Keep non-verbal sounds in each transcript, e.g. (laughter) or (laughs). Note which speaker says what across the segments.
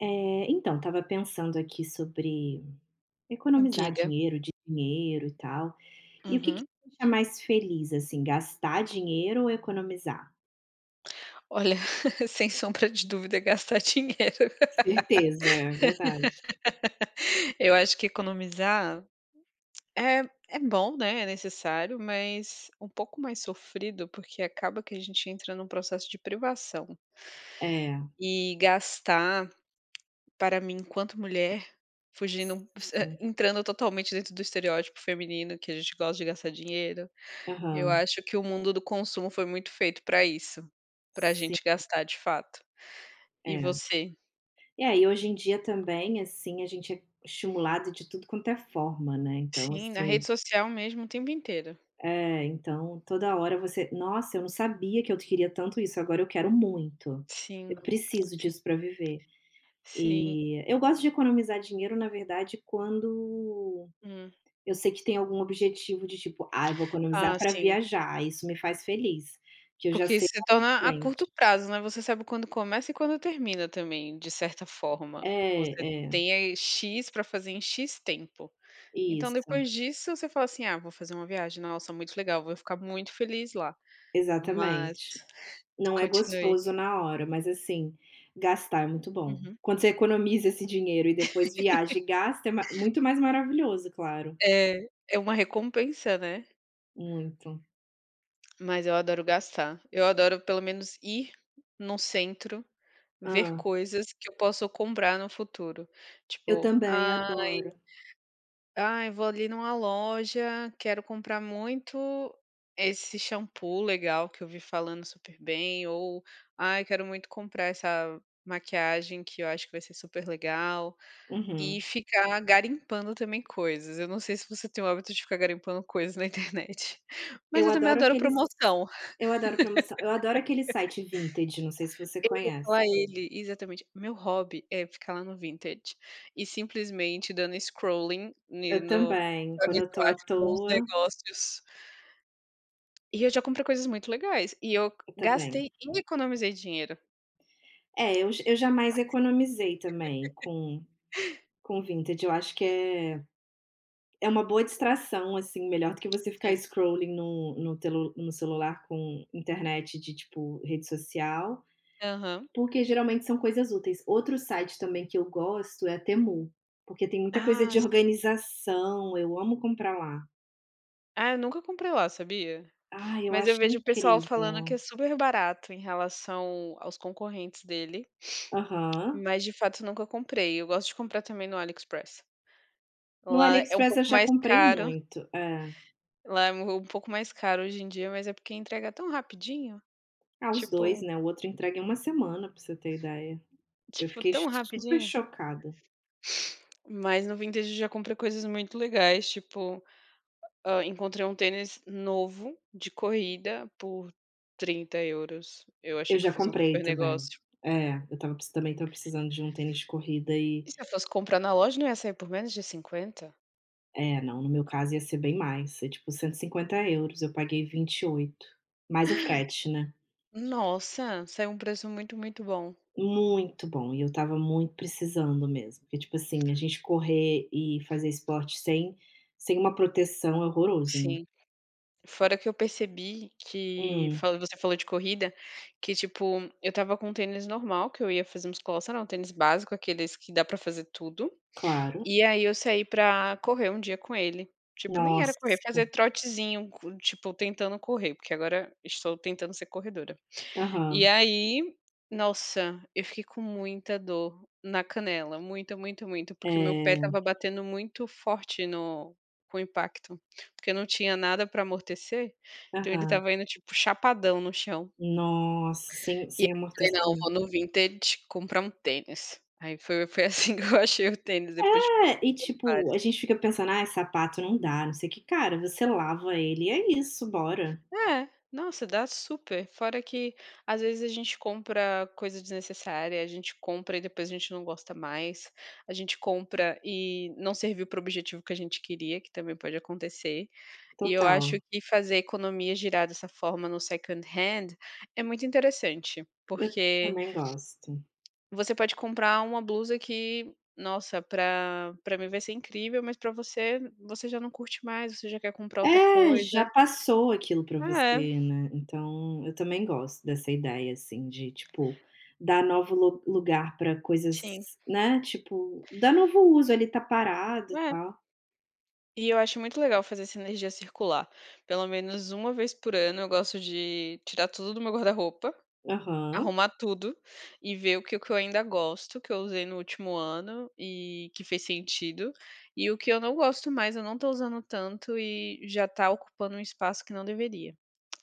Speaker 1: É, então, estava pensando aqui sobre economizar
Speaker 2: Diga.
Speaker 1: dinheiro, de dinheiro e tal. E o que que
Speaker 2: Uhum.
Speaker 1: te deixa mais feliz, assim, gastar dinheiro ou economizar?
Speaker 2: Olha, (laughs) sem sombra de dúvida, é gastar dinheiro.
Speaker 1: Certeza, é verdade.
Speaker 2: (laughs) Eu acho que economizar é é bom, né, é necessário, mas um pouco mais sofrido, porque acaba que a gente entra num processo de privação.
Speaker 1: É,
Speaker 2: E gastar, para mim, enquanto mulher, fugindo
Speaker 1: sim.
Speaker 2: (laughs) entrando totalmente dentro do estereótipo feminino, que a gente gosta de gastar dinheiro, eu
Speaker 1: Aham.
Speaker 2: acho que o mundo do consumo foi muito feito para isso, para a
Speaker 1: Sim,
Speaker 2: gente gastar de fato. E
Speaker 1: é.
Speaker 2: você?
Speaker 1: E aí, hoje em dia também, assim, a gente é estimulado de tudo quanto é forma, né? Então,
Speaker 2: Sim, na
Speaker 1: assim,
Speaker 2: rede social mesmo o tempo inteiro.
Speaker 1: é, então toda hora você, nossa, eu não sabia que eu queria tanto isso, agora eu quero muito. Eu
Speaker 2: Sim,
Speaker 1: preciso disso para viver.
Speaker 2: sim,
Speaker 1: E eu gosto de economizar dinheiro, na verdade, quando
Speaker 2: hum.
Speaker 1: eu sei que tem algum objetivo de tipo: "Ah, eu vou
Speaker 2: Ah,
Speaker 1: economizar para
Speaker 2: sim.
Speaker 1: viajar", isso me faz feliz, que eu já
Speaker 2: Porque
Speaker 1: sei
Speaker 2: isso se
Speaker 1: lá na
Speaker 2: torna a
Speaker 1: frente.
Speaker 2: curto prazo, né, você sabe quando começa e quando termina também, de certa forma. Você
Speaker 1: É, é,
Speaker 2: tem aí "X" para fazer em "X" tempo. Então
Speaker 1: isso,
Speaker 2: depois disso você fala assim: "Ah, vou fazer uma viagem, nossa, muito legal, vou ficar muito feliz lá". Mas
Speaker 1: exatamente. Não é
Speaker 2: continue.
Speaker 1: gostoso na hora, mas assim, gastar é muito bom.
Speaker 2: Uhum.
Speaker 1: Quando você economiza esse dinheiro e depois viaja e gasta, é ma muito mais maravilhoso, claro,
Speaker 2: É, é uma recompensa, né.
Speaker 1: muito.
Speaker 2: Mas eu adoro gastar. Eu adoro pelo menos ir num centro, ver
Speaker 1: Ah,
Speaker 2: coisas que eu posso comprar no futuro.
Speaker 1: eu
Speaker 2: Tipo,
Speaker 1: também
Speaker 2: ai
Speaker 1: adoro.
Speaker 2: ai, vou ali numa loja, quero comprar muito esse shampoo legal que eu vi falando super bem, ou ai, quero muito comprar essa maquiagem que eu acho que vai ser super legal,
Speaker 1: Uhum.
Speaker 2: e ficar garimpando também coisas. Eu não sei se você tem o hábito de ficar garimpando coisas na internet, (laughs) mas
Speaker 1: Eu
Speaker 2: eu também
Speaker 1: adoro
Speaker 2: adoro
Speaker 1: aqueles
Speaker 2: promoção.
Speaker 1: eu adoro promoção. Eu adoro aquele site vintage, não sei se você conhece.
Speaker 2: Falar ele, exatamente. Meu hobby é ficar lá no Vinted e simplesmente dando scrolling ne
Speaker 1: Eu
Speaker 2: no,
Speaker 1: também,
Speaker 2: pra ver
Speaker 1: quando
Speaker 2: se
Speaker 1: eu
Speaker 2: eu
Speaker 1: tô à
Speaker 2: acho bons
Speaker 1: toa,
Speaker 2: negócios. E eu já comprei coisas muito legais, e eu
Speaker 1: eu também.
Speaker 2: gastei e economizei dinheiro.
Speaker 1: É, eu eu jamais economizei também com vintage, eu acho que é uma boa distração, assim, melhor do que você ficar
Speaker 2: Sim.
Speaker 1: scrolling no celular com internet de, tipo, rede social,
Speaker 2: Aham.
Speaker 1: porque geralmente são coisas úteis. Outro site também que eu gosto é a Temu, porque tem muita coisa
Speaker 2: Ah,
Speaker 1: de
Speaker 2: sim.
Speaker 1: organização, eu amo comprar lá.
Speaker 2: Ah, eu nunca comprei lá, sabia?
Speaker 1: Ai, eu
Speaker 2: Mas eu
Speaker 1: acho
Speaker 2: vejo o pessoal falando que
Speaker 1: incrível.
Speaker 2: é super barato em relação aos concorrentes dele,
Speaker 1: Aham.
Speaker 2: mas de fato eu nunca comprei. Eu gosto de comprar também no AliExpress.
Speaker 1: No
Speaker 2: Lá é um
Speaker 1: AliExpress eu
Speaker 2: pouco
Speaker 1: já
Speaker 2: mais
Speaker 1: comprei
Speaker 2: caro.
Speaker 1: muito. É.
Speaker 2: Lá é um pouco mais caro hoje em dia, mas é porque entrega tão rapidinho,
Speaker 1: Ah, os 2,
Speaker 2: tipo
Speaker 1: né, o outro entrega em 1 semana, pra você ter ideia. Eu
Speaker 2: tipo,
Speaker 1: fiquei
Speaker 2: tão
Speaker 1: super
Speaker 2: rapidinho.
Speaker 1: chocada.
Speaker 2: Mas no vintage eu já comprei coisas muito legais, tipo, hã, encontrei um tênis novo de corrida por 30 euros. Eu
Speaker 1: Eu
Speaker 2: achei que eu
Speaker 1: já
Speaker 2: fiz um
Speaker 1: comprei
Speaker 2: super
Speaker 1: também.
Speaker 2: negócio.
Speaker 1: É, eu estava preci também estava precisando de um tênis de corrida e
Speaker 2: E se eu fosse comprar na loja, não ia sair por menos de 50.
Speaker 1: é, não, no meu caso ia ser bem mais, é tipo 150 euros. Eu paguei 28, mais o frete, né.
Speaker 2: Nossa, saiu um preço muito, muito bom.
Speaker 1: Muito bom, e eu estava muito precisando mesmo, porque tipo assim, a gente correr e fazer esporte sem uma proteção é horroroso, né.
Speaker 2: Sim. Fora que eu percebi que
Speaker 1: Hum,
Speaker 2: fal você falou de corrida, que tipo, eu estava com um tênis normal que eu ia fazer musculação, né, um tênis básico, aqueles que dá pra fazer tudo,
Speaker 1: claro.
Speaker 2: e aí eu saí pra correr um dia com ele. Tipo, nem era correr,
Speaker 1: Nossa.
Speaker 2: fazer trotezinho, co tipo, tentando correr, porque agora estou tentando ser corredora. E
Speaker 1: Aham.
Speaker 2: aí, nossa, eu fiquei com muita dor na canela, muito, muito, muito, porque meu pé estava
Speaker 1: É.
Speaker 2: batendo muito forte no, com o impacto, porque não tinha nada para amortecer, então ele
Speaker 1: Aham.
Speaker 2: estava indo, tipo, chapadão no chão.
Speaker 1: Nossa, sem
Speaker 2: E aí
Speaker 1: sem
Speaker 2: eu falei: "Não, vou
Speaker 1: amortecimento.
Speaker 2: no Vinted comprar um tênis". Aí foi assim (laughs) que eu achei o tênis depois de...
Speaker 1: É, e tipo, a gente fica pensando: "Ai, sapato não dá, não sei o quê". Cara, você lava ele e é isso, bora.
Speaker 2: É, nossa, dá super. Fora que às vezes a gente compra coisa desnecessária, a gente compra e depois a gente não gosta mais, a gente compra e não serviu para o objetivo que a gente queria, que também pode acontecer. E eu acho
Speaker 1: Total.
Speaker 2: que fazer a economia girar dessa forma no second hand é muito interessante,
Speaker 1: Eu
Speaker 2: porque
Speaker 1: também gosto.
Speaker 2: você pode comprar uma blusa que, nossa, para mim vai ser incrível, mas para você, você já não curte mais, você já quer comprar outra
Speaker 1: É, já
Speaker 2: coisa.
Speaker 1: passou aquilo pra
Speaker 2: Ah, é,
Speaker 1: você, né. Então, eu também gosto dessa ideia, assim, de, tipo, dar novo lu lugar pra coisas,
Speaker 2: sim.
Speaker 1: né, tipo, dar novo uso, ele tá parado e tal.
Speaker 2: E eu acho muito legal fazer essa energia circular. Pelo menos uma vez por ano eu gosto de tirar tudo do meu guarda-roupa,
Speaker 1: Aham,
Speaker 2: arrumar tudo e ver o que eu ainda gosto, que eu usei no último ano e que fez sentido. E o que eu não gosto mais, eu não tô usando tanto e já tá ocupando um espaço que não deveria.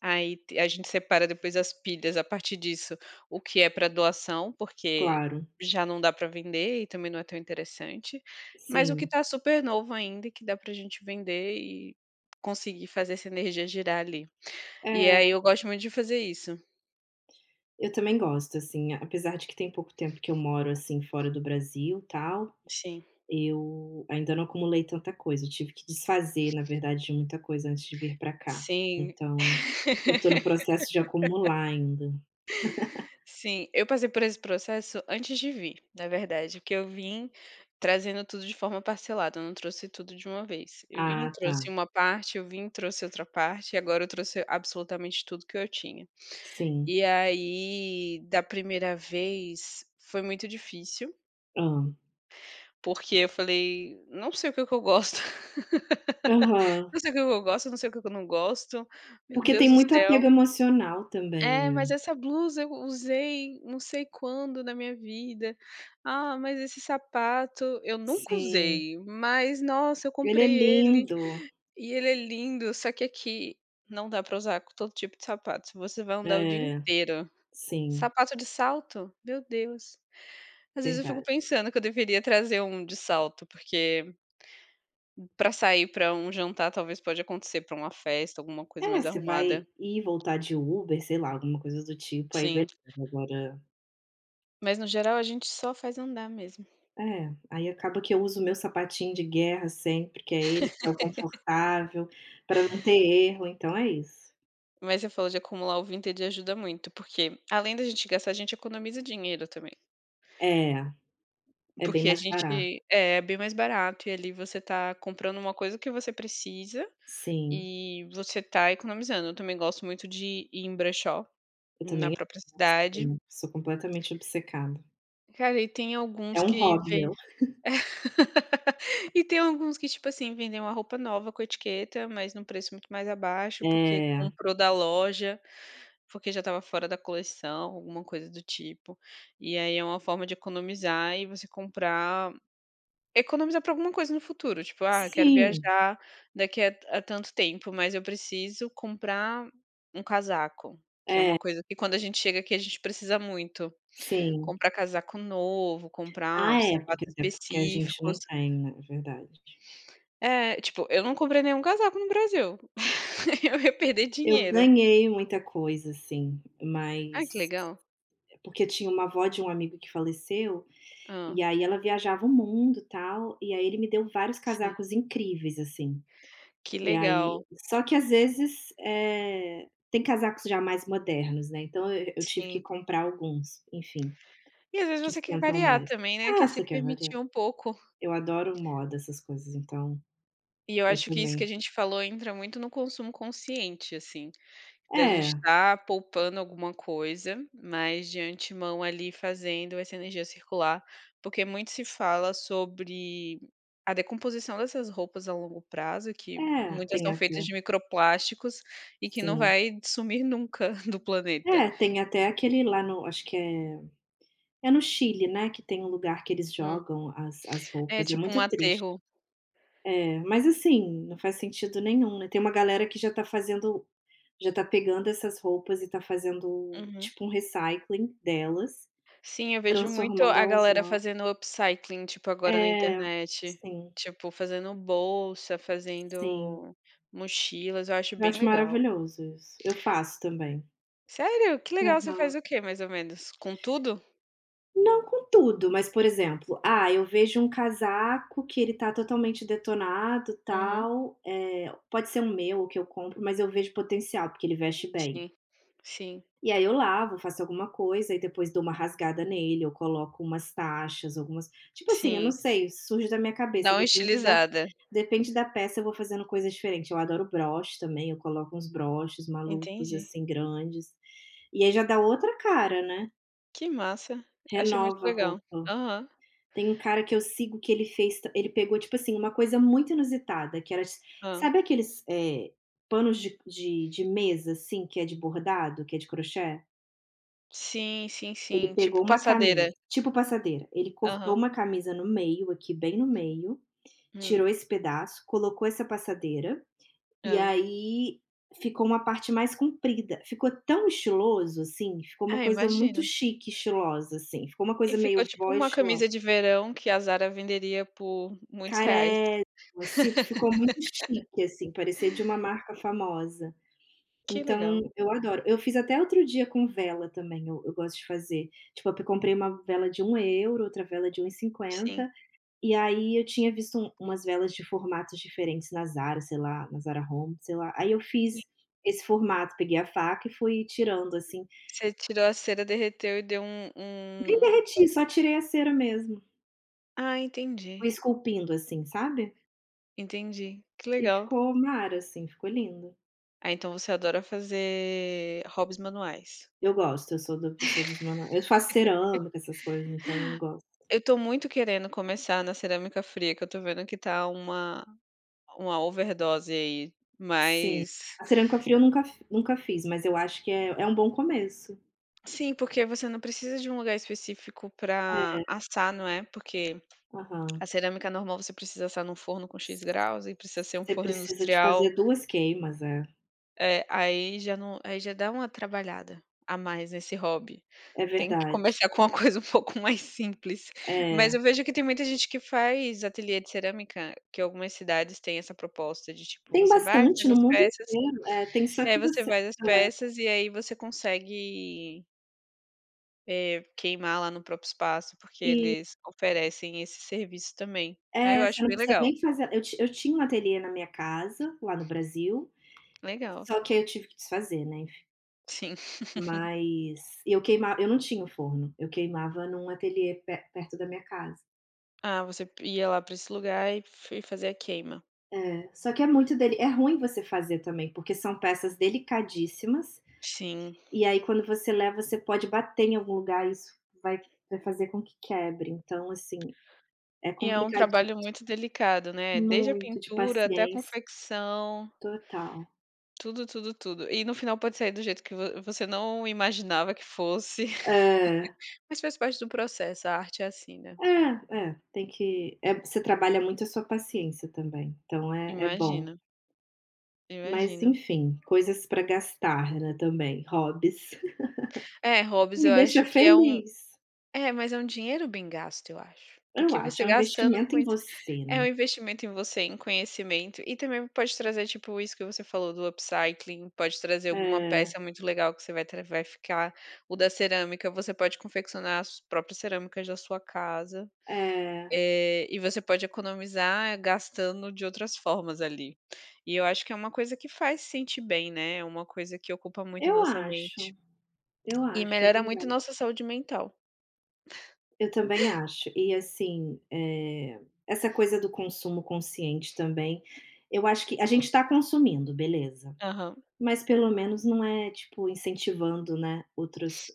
Speaker 2: Aí te a gente separa depois as pilhas a partir disso, o que é para doação, porque
Speaker 1: claro.
Speaker 2: já não dá para vender e também não é tão interessante, mas o que
Speaker 1: Sim.
Speaker 2: está super novo ainda e que dá para a gente vender e conseguir fazer essa energia girar ali. E aí
Speaker 1: É,
Speaker 2: eu gosto muito de fazer isso.
Speaker 1: eu também gosto, assim, apesar de que tem pouco tempo que eu moro, assim, fora do Brasil, tal,
Speaker 2: Sim,
Speaker 1: eu ainda não acumulei tanta coisa, eu tive que desfazer, na verdade, de muita coisa antes de vir pra cá.
Speaker 2: sim.
Speaker 1: Então, eu tô no processo de acumular ainda.
Speaker 2: Sim, eu passei por esse processo antes de vir, na verdade, porque eu vim trazendo tudo de forma parcelada, eu não trouxe tudo de uma vez. Eu vim,
Speaker 1: Ah, tá.
Speaker 2: trouxe uma parte, eu vim, trouxe outra parte, e agora eu trouxe absolutamente tudo que eu tinha.
Speaker 1: Sim.
Speaker 2: E aí, da primeira vez, foi muito difícil,
Speaker 1: Ah.
Speaker 2: porque eu falei: "Não sei o que que eu gosto, (laughs)
Speaker 1: Aham.
Speaker 2: não sei o que que eu gosto, não sei o que que eu não gosto, meu
Speaker 1: Porque
Speaker 2: Deus
Speaker 1: tem
Speaker 2: do
Speaker 1: muito
Speaker 2: céu".
Speaker 1: apego emocional também,
Speaker 2: É, mas
Speaker 1: né.
Speaker 2: essa blusa eu usei não sei quando na minha vida. Ah, mas esse sapato eu nunca
Speaker 1: Sim.
Speaker 2: usei, mas nossa, eu
Speaker 1: Ele é
Speaker 2: comprei ele
Speaker 1: lindo.
Speaker 2: e ele é lindo, só que aqui não dá pra usar com todo tipo de sapato, você vai andar o dia
Speaker 1: É,
Speaker 2: inteiro.
Speaker 1: sim,
Speaker 2: Sapato de salto? Meu Deus. Às vezes eu fico
Speaker 1: verdade.
Speaker 2: pensando que eu deveria trazer um de salto, porque pra sair pra um jantar talvez pode acontecer, pra uma festa, alguma coisa
Speaker 1: É,
Speaker 2: mais
Speaker 1: você vai
Speaker 2: arrumada.
Speaker 1: ir e voltar de Uber, sei lá, alguma coisa do tipo, aí
Speaker 2: Sim,
Speaker 1: beleza, agora
Speaker 2: mas no geral a gente só faz andar mesmo.
Speaker 1: é, aí acaba que eu uso o meu sapatinho de guerra sempre, que é ele, que é o confortável, para não ter erro, então é isso.
Speaker 2: Mas você falou de acumular, o vintage ajuda muito, porque além da gente gastar, a gente economiza dinheiro também.
Speaker 1: É, é bem
Speaker 2: Porque a
Speaker 1: mais
Speaker 2: gente
Speaker 1: barato.
Speaker 2: é é bem mais barato e ali você tá comprando uma coisa que você precisa
Speaker 1: Sim,
Speaker 2: e você tá economizando. Eu também gosto muito de ir em brechó,
Speaker 1: eu
Speaker 2: na
Speaker 1: também
Speaker 2: própria cidade.
Speaker 1: sim, sou completamente obcecada.
Speaker 2: Cara, e tem
Speaker 1: É
Speaker 2: alguns
Speaker 1: um
Speaker 2: que
Speaker 1: hobby
Speaker 2: vêm...
Speaker 1: meu.
Speaker 2: E tem alguns que, tipo assim, vendem uma roupa nova com etiqueta, mas num preço muito mais abaixo, porque
Speaker 1: É,
Speaker 2: comprou da loja, porque já estava fora da coleção, alguma coisa do tipo. E aí é uma forma de economizar e você comprar, economizar para alguma coisa no futuro, tipo: "Ah, eu quero
Speaker 1: sim,
Speaker 2: viajar daqui a tanto tempo, mas eu preciso comprar um casaco", que é uma coisa que quando a gente chega aqui, a gente precisa muito.
Speaker 1: sim.
Speaker 2: Comprar casaco novo, comprar
Speaker 1: Ah, é,
Speaker 2: sapatos
Speaker 1: porque até porque a gente
Speaker 2: específicos.
Speaker 1: não tem, na verdade.
Speaker 2: É, tipo, eu não comprei nenhum casaco no Brasil. (laughs) Eu ia perder
Speaker 1: Eu
Speaker 2: dinheiro.
Speaker 1: ganhei muita coisa, assim,
Speaker 2: Ah, que
Speaker 1: mas
Speaker 2: legal.
Speaker 1: porque eu tinha uma avó de um amigo que faleceu,
Speaker 2: Hã.
Speaker 1: e aí ela viajava o mundo, tal, e aí ele me deu vários
Speaker 2: Sim.
Speaker 1: casacos incríveis, assim.
Speaker 2: Que
Speaker 1: E aí
Speaker 2: legal.
Speaker 1: só que às vezes, tem casacos já mais modernos, né, então eu tive que
Speaker 2: Sim.
Speaker 1: comprar alguns, enfim,
Speaker 2: E às vezes
Speaker 1: que
Speaker 2: você quer
Speaker 1: esquentam
Speaker 2: variar
Speaker 1: mais.
Speaker 2: também, né,
Speaker 1: Ah,
Speaker 2: quer se
Speaker 1: você quer
Speaker 2: permitir
Speaker 1: variar.
Speaker 2: um pouco.
Speaker 1: Eu adoro moda, essas coisas, então
Speaker 2: E eu
Speaker 1: eu
Speaker 2: acho que isso que
Speaker 1: também.
Speaker 2: a gente falou entra muito no consumo consciente, assim. Da gente
Speaker 1: É,
Speaker 2: estar poupando alguma coisa, mas de antemão ali fazendo essa energia circular, porque muito se fala sobre a decomposição dessas roupas a longo prazo, que
Speaker 1: é,
Speaker 2: muitas
Speaker 1: tem
Speaker 2: são feitas
Speaker 1: até
Speaker 2: de microplásticos e que não
Speaker 1: sim.
Speaker 2: vai sumir nunca (laughs) do planeta.
Speaker 1: É, tem até aquele lá no, acho que é no Chile, né, que tem um lugar que eles
Speaker 2: Hum.
Speaker 1: jogam as
Speaker 2: É
Speaker 1: roupas, é
Speaker 2: tipo um
Speaker 1: muito triste.
Speaker 2: aterro.
Speaker 1: É, mas assim, não faz sentido nenhum, né, tem uma galera que já tá pegando essas roupas e tá fazendo
Speaker 2: Uhum.
Speaker 1: tipo um recycling delas,
Speaker 2: Sim, eu vejo muito
Speaker 1: transformando
Speaker 2: a
Speaker 1: elas
Speaker 2: galera
Speaker 1: no,
Speaker 2: fazendo upcycling, tipo, agora na
Speaker 1: é,
Speaker 2: internet.
Speaker 1: sim,
Speaker 2: Tipo, fazendo bolsa,
Speaker 1: sim.
Speaker 2: fazendo mochilas, eu acho
Speaker 1: Eu
Speaker 2: bem
Speaker 1: acho
Speaker 2: legal.
Speaker 1: maravilhoso isso. Eu faço também.
Speaker 2: Sério? Que legal. Você faz
Speaker 1: Aham.
Speaker 2: o quê, mais ou menos? Com tudo?
Speaker 1: Não com tudo, mas, por exemplo, ah, eu vejo um casaco que ele tá totalmente detonado,
Speaker 2: Uhum.
Speaker 1: tal, pode ser um meu ou que eu compro, mas eu vejo potencial, porque ele veste bem.
Speaker 2: Sim, sim,
Speaker 1: E aí eu lavo, faço alguma coisa e depois dou uma rasgada nele, eu coloco umas taxas, algumas tipo assim, eu não
Speaker 2: sim.
Speaker 1: sei, surge da minha
Speaker 2: Dá
Speaker 1: cabeça,
Speaker 2: uma
Speaker 1: depende da
Speaker 2: estilizada.
Speaker 1: peça, eu vou fazendo coisas diferentes. Eu adoro broche também, eu coloco uns broches malucos,
Speaker 2: Entendi.
Speaker 1: assim, grandes. E aí já dá outra cara, né,
Speaker 2: Que massa. Achei muito
Speaker 1: renova a
Speaker 2: legal.
Speaker 1: roupa.
Speaker 2: Aham.
Speaker 1: Tem um cara que eu sigo que ele pegou, tipo assim, uma coisa muito inusitada que era,
Speaker 2: Hã.
Speaker 1: sabe aqueles, panos de mesa, assim, que é de bordado, que é de crochê?
Speaker 2: Sim, sim,
Speaker 1: Ele
Speaker 2: sim.
Speaker 1: pegou
Speaker 2: Tipo
Speaker 1: uma
Speaker 2: passadeira.
Speaker 1: camisa tipo passadeira. Ele cortou
Speaker 2: Aham.
Speaker 1: uma camisa no meio, aqui bem no meio, tirou
Speaker 2: Hum.
Speaker 1: esse pedaço, colocou essa passadeira,
Speaker 2: Hã.
Speaker 1: e aí ficou uma parte mais comprida. Ficou tão estiloso, assim, ficou uma
Speaker 2: Ah,
Speaker 1: coisa
Speaker 2: imagino.
Speaker 1: muito chique, estilosa, assim, ficou uma
Speaker 2: E
Speaker 1: coisa
Speaker 2: ficou
Speaker 1: meio
Speaker 2: tipo
Speaker 1: vó
Speaker 2: uma
Speaker 1: estilo
Speaker 2: camisa de verão que a Zara venderia por muitos reais.
Speaker 1: Carésima, assim, ficou muito chique, assim, parecia de uma marca famosa.
Speaker 2: Que
Speaker 1: Então
Speaker 2: legal.
Speaker 1: eu adoro. Eu fiz até outro dia com vela também, eu gosto de fazer. Tipo, eu comprei uma vela de 1 euro, outra vela de 1,50,
Speaker 2: Sim,
Speaker 1: e cinquenta, e aí eu tinha visto umas velas de formatos diferentes na Zara, sei lá, na Zara Home, sei lá. Aí eu
Speaker 2: sim.
Speaker 1: fiz esse formato, peguei a faca e fui tirando, assim.
Speaker 2: Você tirou a cera, derreteu e deu um...
Speaker 1: Nem
Speaker 2: um...
Speaker 1: derreti, só tirei a cera mesmo.
Speaker 2: ah,
Speaker 1: Fui
Speaker 2: entendi,
Speaker 1: esculpindo, assim, sabe.
Speaker 2: entendi. Que
Speaker 1: E
Speaker 2: legal.
Speaker 1: ficou mara, assim, ficou lindo.
Speaker 2: Ah, então você adora fazer hobbies manuais.
Speaker 1: Eu gosto, eu sou da pessoa dos manuais. Eu faço cerâmica, essas coisas, então eu gosto.
Speaker 2: Eu tô muito querendo começar na cerâmica fria, que eu tô vendo que tá uma overdose aí,
Speaker 1: Sim.
Speaker 2: mas
Speaker 1: A cerâmica fria eu nunca fiz, mas eu acho que é um bom começo.
Speaker 2: sim, porque você não precisa de um lugar específico pra assar, não é? Porque
Speaker 1: É, aham.
Speaker 2: a cerâmica normal você precisa assar num forno com X graus e precisa ser um
Speaker 1: Você
Speaker 2: forno
Speaker 1: precisa de
Speaker 2: industrial.
Speaker 1: fazer 2 queimas, é.
Speaker 2: É aí já não aí já dá uma trabalhada a mais nesse hobby.
Speaker 1: É
Speaker 2: Tem que
Speaker 1: verdade.
Speaker 2: começar com uma (laughs) coisa um pouco mais simples. Mas
Speaker 1: É.
Speaker 2: eu vejo que tem muita gente que faz ateliê de cerâmica, que algumas cidades têm essa proposta de, tipo,
Speaker 1: Tem
Speaker 2: você vai,
Speaker 1: bastante
Speaker 2: faz
Speaker 1: no
Speaker 2: as
Speaker 1: mundo
Speaker 2: peças,
Speaker 1: inteiro, é, tem só
Speaker 2: e aí
Speaker 1: que
Speaker 2: você
Speaker 1: você
Speaker 2: faz as
Speaker 1: seleciona.
Speaker 2: peças e aí você consegue, queimar lá no próprio espaço, porque
Speaker 1: Isso.
Speaker 2: eles oferecem esse serviço também. Aí eu
Speaker 1: É,
Speaker 2: acho
Speaker 1: você não
Speaker 2: bem
Speaker 1: precisa
Speaker 2: legal,
Speaker 1: nem fazer. Eu tinha um ateliê na minha casa, lá no Brasil,
Speaker 2: legal,
Speaker 1: só que aí eu tive que desfazer, né.
Speaker 2: sim.
Speaker 1: Mas eu queimava, eu não tinha o forno, eu queimava num ateliê pe perto da minha casa.
Speaker 2: Ah, você ia lá para esse lugar e fazer a queima.
Speaker 1: É, só que é muito dele, é ruim você fazer também, porque são peças delicadíssimas,
Speaker 2: Sim.
Speaker 1: e aí quando você leva você pode bater em algum lugar, isso vai vai fazer com que quebre, então assim, é
Speaker 2: E é um
Speaker 1: complicadi
Speaker 2: trabalho muito delicado, né, desde a
Speaker 1: muito de
Speaker 2: pintura até a
Speaker 1: paciência,
Speaker 2: confecção,
Speaker 1: total.
Speaker 2: tudo, tudo, tudo. E no final pode sair do jeito que vo você não imaginava que fosse, (laughs)
Speaker 1: É,
Speaker 2: mas faz parte do processo, a arte é assim, né.
Speaker 1: é, é, tem que é você trabalha muito a sua paciência também, então é bom.
Speaker 2: Imagina,
Speaker 1: Mas
Speaker 2: imagino.
Speaker 1: enfim, coisas para gastar, né, também, hobbies. (laughs)
Speaker 2: É, hobbies
Speaker 1: Me
Speaker 2: eu
Speaker 1: deixa
Speaker 2: acho que é um...
Speaker 1: feliz.
Speaker 2: é, mas é um dinheiro bem gasto, eu acho.
Speaker 1: Eu
Speaker 2: Porque
Speaker 1: acho,
Speaker 2: você
Speaker 1: é um
Speaker 2: gastando
Speaker 1: investimento
Speaker 2: com
Speaker 1: em
Speaker 2: isso...
Speaker 1: você,
Speaker 2: É um
Speaker 1: né.
Speaker 2: investimento em você, em conhecimento, e também pode trazer, tipo, isso que você falou do upcycling, pode trazer alguma
Speaker 1: É,
Speaker 2: peça muito legal que você vai tra vai ficar. O da cerâmica, você pode confeccionar as próprias cerâmicas da sua casa,
Speaker 1: é.
Speaker 2: eh, e você pode economizar gastando de outras formas ali. E eu acho que é uma coisa que faz se sentir bem, né, é uma coisa que ocupa muito a
Speaker 1: Eu
Speaker 2: nossa mente,
Speaker 1: acho, eu
Speaker 2: e
Speaker 1: acho, é
Speaker 2: melhora muito
Speaker 1: verdade.
Speaker 2: nossa saúde mental.
Speaker 1: Eu também acho. E assim, essa coisa do consumo consciente também, eu acho que a gente está consumindo, beleza,
Speaker 2: Aham.
Speaker 1: mas pelo menos não é, tipo, incentivando, né, outros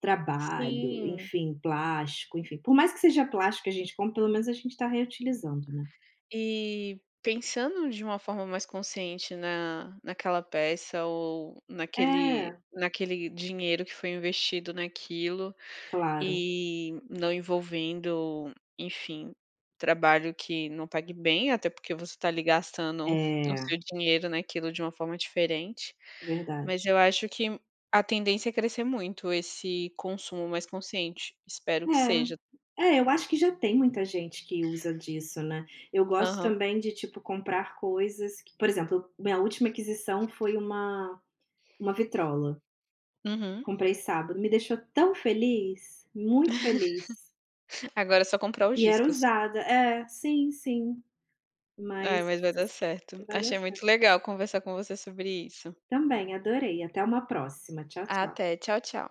Speaker 1: trabalho,
Speaker 2: Sim.
Speaker 1: enfim, plástico, enfim, por mais que seja plástico que a gente compra, pelo menos a gente está reutilizando, né.
Speaker 2: E pensando de uma forma mais consciente na naquela peça ou
Speaker 1: É,
Speaker 2: naquele dinheiro que foi investido naquilo
Speaker 1: claro.
Speaker 2: e não envolvendo, enfim, trabalho que não pague bem, até porque você está ali gastando o
Speaker 1: É,
Speaker 2: seu dinheiro naquilo de uma forma diferente. Mas
Speaker 1: verdade.
Speaker 2: eu acho que a tendência é crescer muito esse consumo mais consciente. Espero que seja.
Speaker 1: É, é, eu acho que já tem muita gente que usa disso, né. Eu gosto
Speaker 2: Aham.
Speaker 1: também de, tipo, comprar coisas que por exemplo, minha última aquisição foi uma vitrola.
Speaker 2: Uhum.
Speaker 1: Comprei sábado, me deixou tão feliz, muito feliz.
Speaker 2: Agora é só comprar os
Speaker 1: E era
Speaker 2: discos.
Speaker 1: usada. É, sim, sim,
Speaker 2: Ai,
Speaker 1: mas
Speaker 2: mas vai dar certo.
Speaker 1: vai dar
Speaker 2: Achei muito legal conversar com você sobre isso.
Speaker 1: também adorei, até uma próxima. Tchau, tchau.
Speaker 2: Até. Tchau, tchau.